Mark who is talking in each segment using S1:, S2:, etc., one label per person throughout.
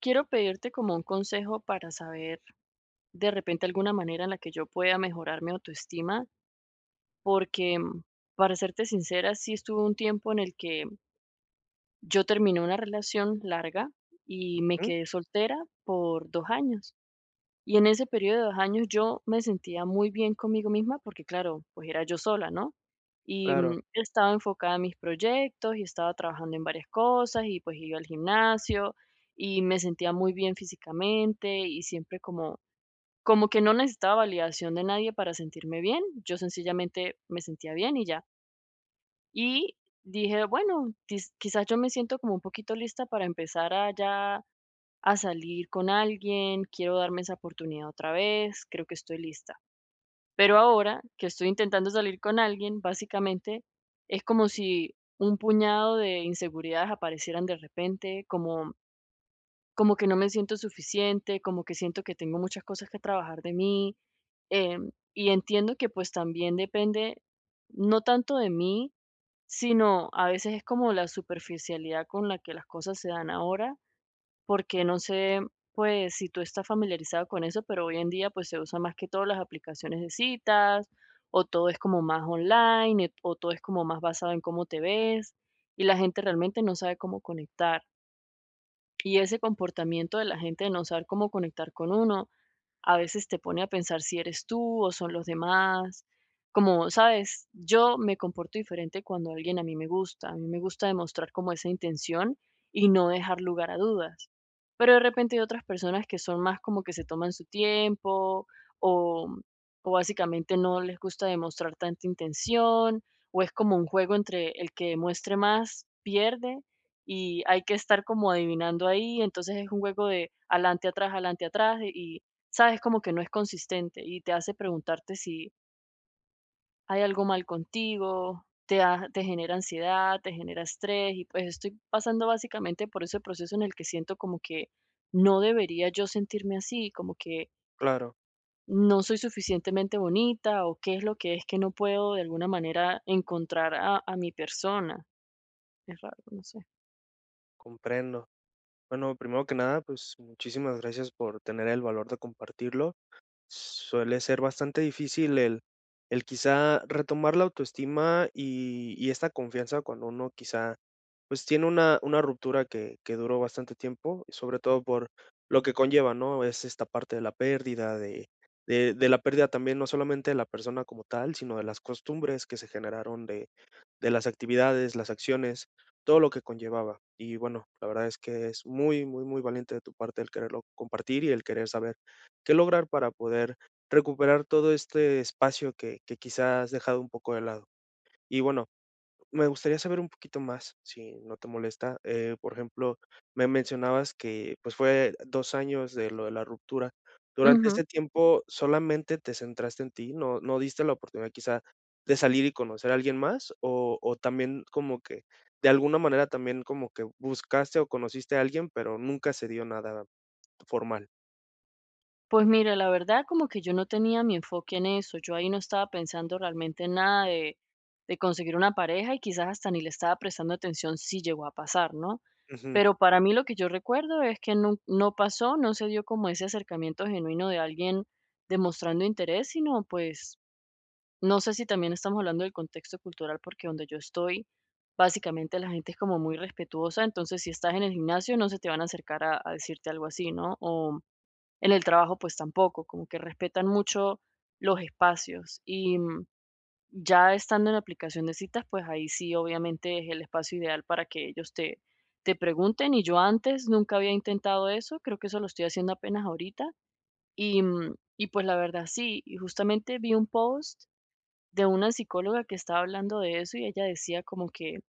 S1: Quiero pedirte como un consejo para saber de repente alguna manera en la que yo pueda mejorar mi autoestima, porque para serte sincera, sí estuve un tiempo en el que yo terminé una relación larga y me
S2: Mm,
S1: quedé soltera por 2 años. Y en ese periodo de 2 años yo me sentía muy bien conmigo misma porque, claro, pues era yo sola, ¿no? Y,
S2: claro,
S1: estaba enfocada en mis proyectos y estaba trabajando en varias cosas y pues iba al gimnasio y me sentía muy bien físicamente y siempre como que no necesitaba validación de nadie para sentirme bien, yo sencillamente me sentía bien y ya. Y dije: "Bueno, quizás yo me siento como un poquito lista para empezar a a salir con alguien, quiero darme esa oportunidad otra vez, creo que estoy lista. Pero ahora que estoy intentando salir con alguien, básicamente es como si un puñado de inseguridades aparecieran de repente, como que no me siento suficiente, como que siento que tengo muchas cosas que trabajar de mí. Y entiendo que pues también depende no tanto de mí, sino a veces es como la superficialidad con la que las cosas se dan ahora porque no sé, pues, si tú estás familiarizado con eso, pero hoy en día, pues, se usan más que todo las aplicaciones de citas, o todo es como más online, o todo es como más basado en cómo te ves, y la gente realmente no sabe cómo conectar. Y ese comportamiento de la gente de no saber cómo conectar con uno, a veces te pone a pensar si eres tú o son los demás. Como, sabes, yo me comporto diferente cuando alguien a mí me gusta. A mí me gusta demostrar como esa intención y no dejar lugar a dudas. Pero de repente hay otras personas que son más como que se toman su tiempo o, o básicamente no les gusta demostrar tanta intención o es como un juego entre el que demuestre más pierde y hay que estar como adivinando ahí, entonces es un juego de adelante, atrás, y sabes como que no es consistente y te hace preguntarte si hay algo mal contigo, te genera ansiedad, te genera estrés y pues estoy pasando básicamente por ese proceso en el que siento como que no debería yo sentirme así, como que
S2: claro,
S1: no soy suficientemente bonita o qué es lo que es que no puedo de alguna manera encontrar a mi persona. Es raro, no sé.
S2: comprendo. Bueno, primero que nada, pues muchísimas gracias por tener el valor de compartirlo. Suele ser bastante difícil el quizá retomar la autoestima y esta confianza cuando uno quizá pues tiene una ruptura que duró bastante tiempo, y sobre todo por lo que conlleva, ¿no? Es esta parte de la pérdida, de de la pérdida también, no solamente de la persona como tal, sino de las costumbres que se generaron de las actividades, las acciones, todo lo que conllevaba. Y bueno, la verdad es que es muy, muy, muy valiente de tu parte el quererlo compartir y el querer saber qué lograr para poder recuperar todo este espacio que quizás has dejado un poco de lado. Y bueno, me gustaría saber un poquito más, si no te molesta. Por ejemplo, me mencionabas que, pues, fue 2 años de lo de la ruptura. Durante ese tiempo, ¿solamente te centraste en ti? ¿No diste la oportunidad quizá de salir y conocer a alguien más? O también como que, de alguna manera, también como que buscaste o conociste a alguien, pero nunca se dio nada formal.
S1: Pues mira, la verdad como que yo no tenía mi enfoque en eso, yo ahí no estaba pensando realmente en nada de conseguir una pareja y quizás hasta ni le estaba prestando atención si llegó a pasar, ¿no?
S2: Ujú,
S1: Pero para mí lo que yo recuerdo es que no, no pasó, no se dio como ese acercamiento genuino de alguien demostrando interés, sino pues no sé si también estamos hablando del contexto cultural porque donde yo estoy, básicamente la gente es como muy respetuosa, entonces si estás en el gimnasio no se te van a acercar a decirte algo así, ¿no? O en el trabajo, pues tampoco, como que respetan mucho los espacios y, ya estando en la aplicación de citas, pues ahí sí, obviamente es el espacio ideal para que ellos te pregunten y yo antes nunca había intentado eso, creo que eso lo estoy haciendo apenas ahorita y, y pues la verdad sí, y justamente vi un post de una psicóloga que estaba hablando de eso y ella decía como que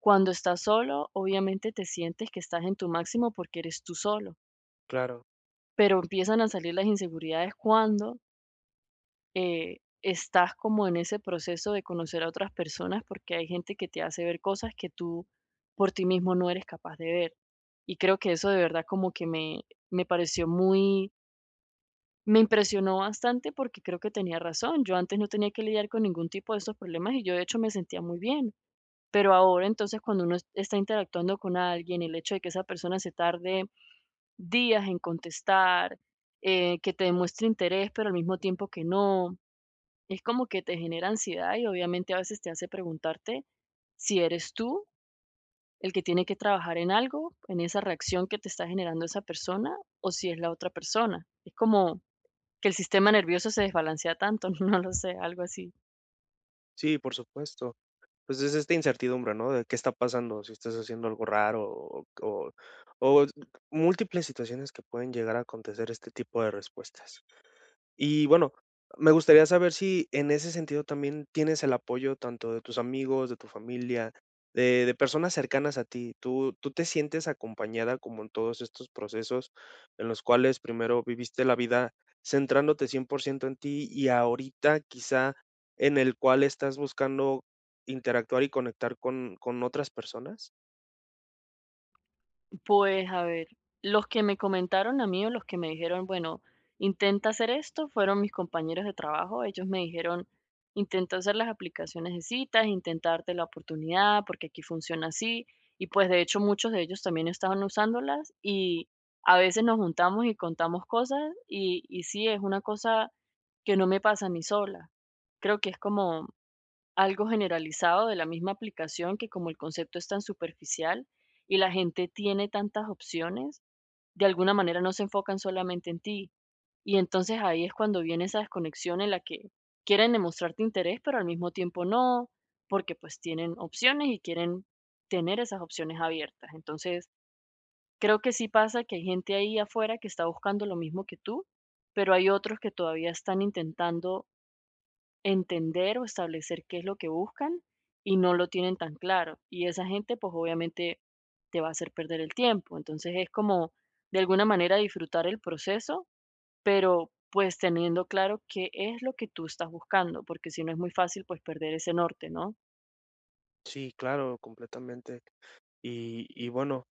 S1: cuando estás solo, obviamente te sientes que estás en tu máximo porque eres tú solo,
S2: claro.
S1: pero empiezan a salir las inseguridades cuando estás como en ese proceso de conocer a otras personas porque hay gente que te hace ver cosas que tú por ti mismo no eres capaz de ver. Y creo que eso de verdad como que me pareció me impresionó bastante porque creo que tenía razón. Yo antes no tenía que lidiar con ningún tipo de estos problemas y yo de hecho me sentía muy bien. Pero ahora entonces cuando está interactuando con alguien, el hecho de que esa persona se tarde días en contestar, que te demuestre interés, pero al mismo tiempo que no, es como que te genera ansiedad y obviamente a veces te hace preguntarte si eres tú el que tiene que trabajar en algo, en esa reacción que te está generando esa persona, o si es la otra persona. Es como que el sistema nervioso se desbalancea tanto, no lo sé, algo así.
S2: Sí, por supuesto. Pues es esta incertidumbre, ¿no? De qué está pasando, si estás haciendo algo raro o múltiples situaciones que pueden llegar a acontecer este tipo de respuestas. Y bueno, me gustaría saber si en ese sentido también tienes el apoyo tanto de tus amigos, de tu familia, de personas cercanas a ti. ¿Tú te sientes acompañada como en todos estos procesos en los cuales primero viviste la vida centrándote 100% en ti y ahorita quizá en el cual estás buscando interactuar y conectar con otras personas?
S1: Pues a ver, los que me comentaron a mí o los que me dijeron, bueno, intenta hacer esto, fueron mis compañeros de trabajo. Ellos me dijeron, intenta usar las aplicaciones de citas, intenta darte la oportunidad, porque aquí funciona así. Y pues de hecho muchos de ellos también estaban usándolas y a veces nos juntamos y contamos cosas y sí, es una cosa que no me pasa a mí sola. Creo que es como algo generalizado de la misma aplicación que como el concepto es tan superficial y la gente tiene tantas opciones, de alguna manera no se enfocan solamente en ti. Y entonces ahí es cuando viene esa desconexión en la que quieren demostrarte interés, pero al mismo tiempo no, porque pues tienen opciones y quieren tener esas opciones abiertas. Entonces, creo que sí pasa que hay gente ahí afuera que está buscando lo mismo que tú, pero hay otros que todavía están intentando entender o establecer qué es lo que buscan y no lo tienen tan claro. Y esa gente, pues obviamente te va a hacer perder el tiempo. Entonces es como de alguna manera disfrutar el proceso, pero pues teniendo claro qué es lo que tú estás buscando, porque si no es muy fácil pues perder ese norte, ¿no?
S2: Sí, claro, completamente. Y bueno,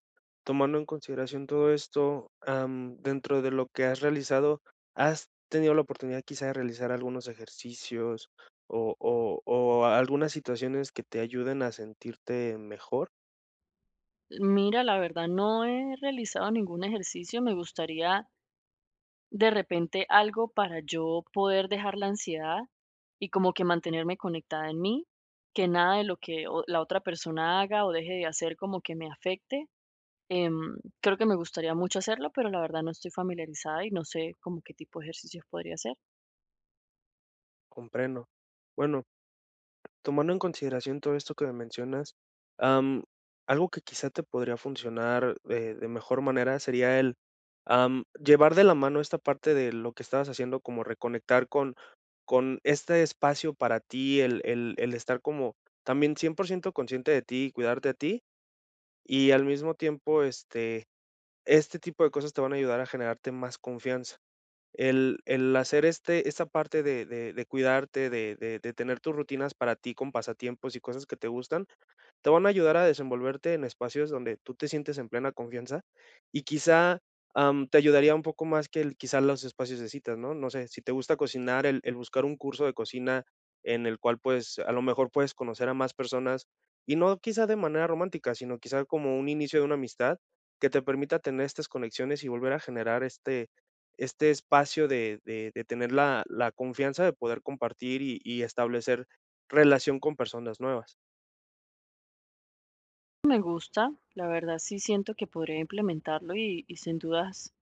S2: tomando en consideración todo esto, am, dentro de lo que has realizado, ¿has tenido la oportunidad quizá de realizar algunos ejercicios o algunas situaciones que te ayuden a sentirte mejor?
S1: Mira, la verdad no he realizado ningún ejercicio, me gustaría de repente algo para yo poder dejar la ansiedad y como que mantenerme conectada en mí, que nada de lo que la otra persona haga o deje de hacer como que me afecte. Creo que me gustaría mucho hacerlo, pero la verdad no estoy familiarizada y no sé como qué tipo de ejercicios podría hacer.
S2: Comprendo. Bueno, tomando en consideración todo esto que me mencionas, am, algo que quizá te podría funcionar de mejor manera sería am, llevar de la mano esta parte de lo que estabas haciendo, como reconectar con este espacio para ti, el el estar como también 100% consciente de ti cuidarte a ti, y al mismo tiempo, este tipo de cosas te van a ayudar a generarte más confianza. El hacer esta parte de de cuidarte, de de tener tus rutinas para ti con pasatiempos y cosas que te gustan, te van a ayudar a desenvolverte en espacios donde tú te sientes en plena confianza y quizá, am, te ayudaría un poco más que el quizá los espacios de citas, ¿no? No sé, si te gusta cocinar, el buscar un curso de cocina en el cual, pues, a lo mejor puedes conocer a más personas, y no quizá de manera romántica, sino quizá como un inicio de una amistad que te permita tener estas conexiones y volver a generar este espacio de de tener la confianza de poder compartir y establecer relación con personas nuevas.
S1: Me gusta, la verdad sí siento que podría implementarlo y sin dudas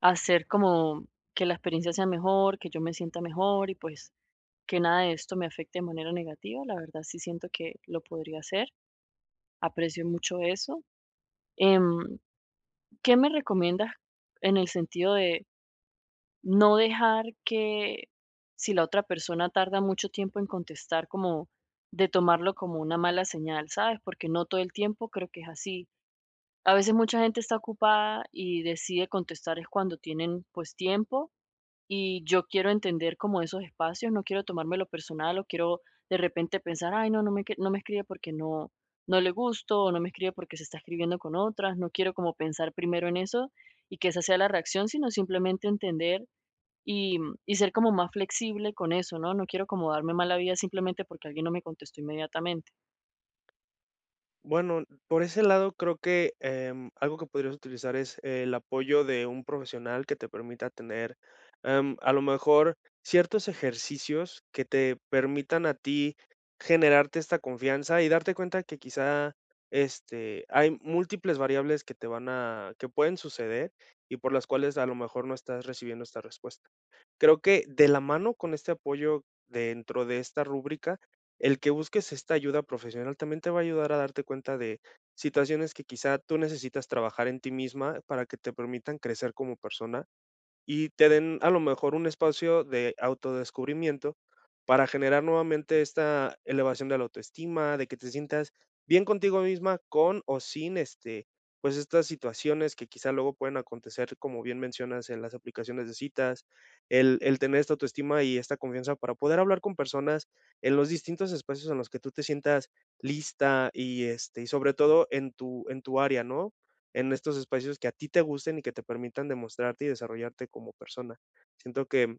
S1: hacer como que la experiencia sea mejor, que yo me sienta mejor y pues que nada de esto me afecte de manera negativa. La verdad sí siento que lo podría hacer. Aprecio mucho eso. Em, ¿Qué me recomiendas en el sentido de no dejar que si la otra persona tarda mucho tiempo en contestar, como de tomarlo como una mala señal, ¿sabes? Porque no todo el tiempo creo que es así. A veces mucha gente está ocupada y decide contestar es cuando tienen pues tiempo y yo quiero entender como esos espacios, no quiero tomármelo personal o quiero de repente pensar, ay, no, no me escribe porque no, no le gusto o no me escribe porque se está escribiendo con otras, no quiero como pensar primero en eso y que esa sea la reacción, sino simplemente entender y, y ser como más flexible con eso, ¿no? No quiero como darme mala vida simplemente porque alguien no me contestó inmediatamente.
S2: Bueno, por ese lado creo que em, algo que podrías utilizar es el apoyo de un profesional que te permita tener em, a lo mejor ciertos ejercicios que te permitan a ti generarte esta confianza y darte cuenta que quizá este, hay múltiples variables que te van a, que pueden suceder y por las cuales a lo mejor no estás recibiendo esta respuesta. Creo que de la mano con este apoyo dentro de esta rúbrica, el que busques esta ayuda profesional también te va a ayudar a darte cuenta de situaciones que quizá tú necesitas trabajar en ti misma para que te permitan crecer como persona y te den a lo mejor un espacio de autodescubrimiento para generar nuevamente esta elevación de la autoestima, de que te sientas bien contigo misma con o sin este, pues estas situaciones que quizá luego pueden acontecer, como bien mencionas, en las aplicaciones de citas, el tener esta autoestima y esta confianza para poder hablar con personas en los distintos espacios en los que tú te sientas lista y este, y sobre todo en en tu área, ¿no? En estos espacios que a ti te gusten y que te permitan demostrarte y desarrollarte como persona. Siento que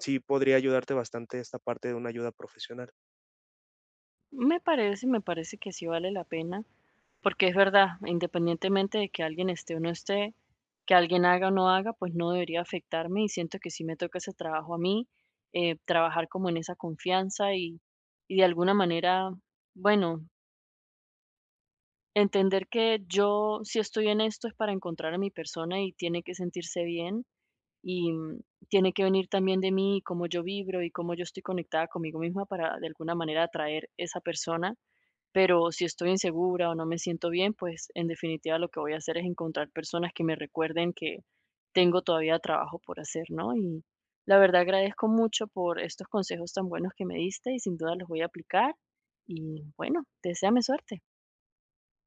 S2: sí podría ayudarte bastante esta parte de una ayuda profesional.
S1: Me parece que sí vale la pena. Porque es verdad, independientemente de que alguien esté o no esté, que alguien haga o no haga, pues no debería afectarme y siento que sí me toca ese trabajo a mí, trabajar como en esa confianza y de alguna manera, bueno, entender que yo si estoy en esto es para encontrar a mi persona y tiene que sentirse bien y tiene que venir también de mí cómo yo vibro y cómo yo estoy conectada conmigo misma para de alguna manera atraer esa persona pero si estoy insegura o no me siento bien, pues en definitiva lo que voy a hacer es encontrar personas que me recuerden que tengo todavía trabajo por hacer, ¿no? Y la verdad agradezco mucho por estos consejos tan buenos que me diste y sin duda los voy a aplicar. Y bueno, deséame suerte.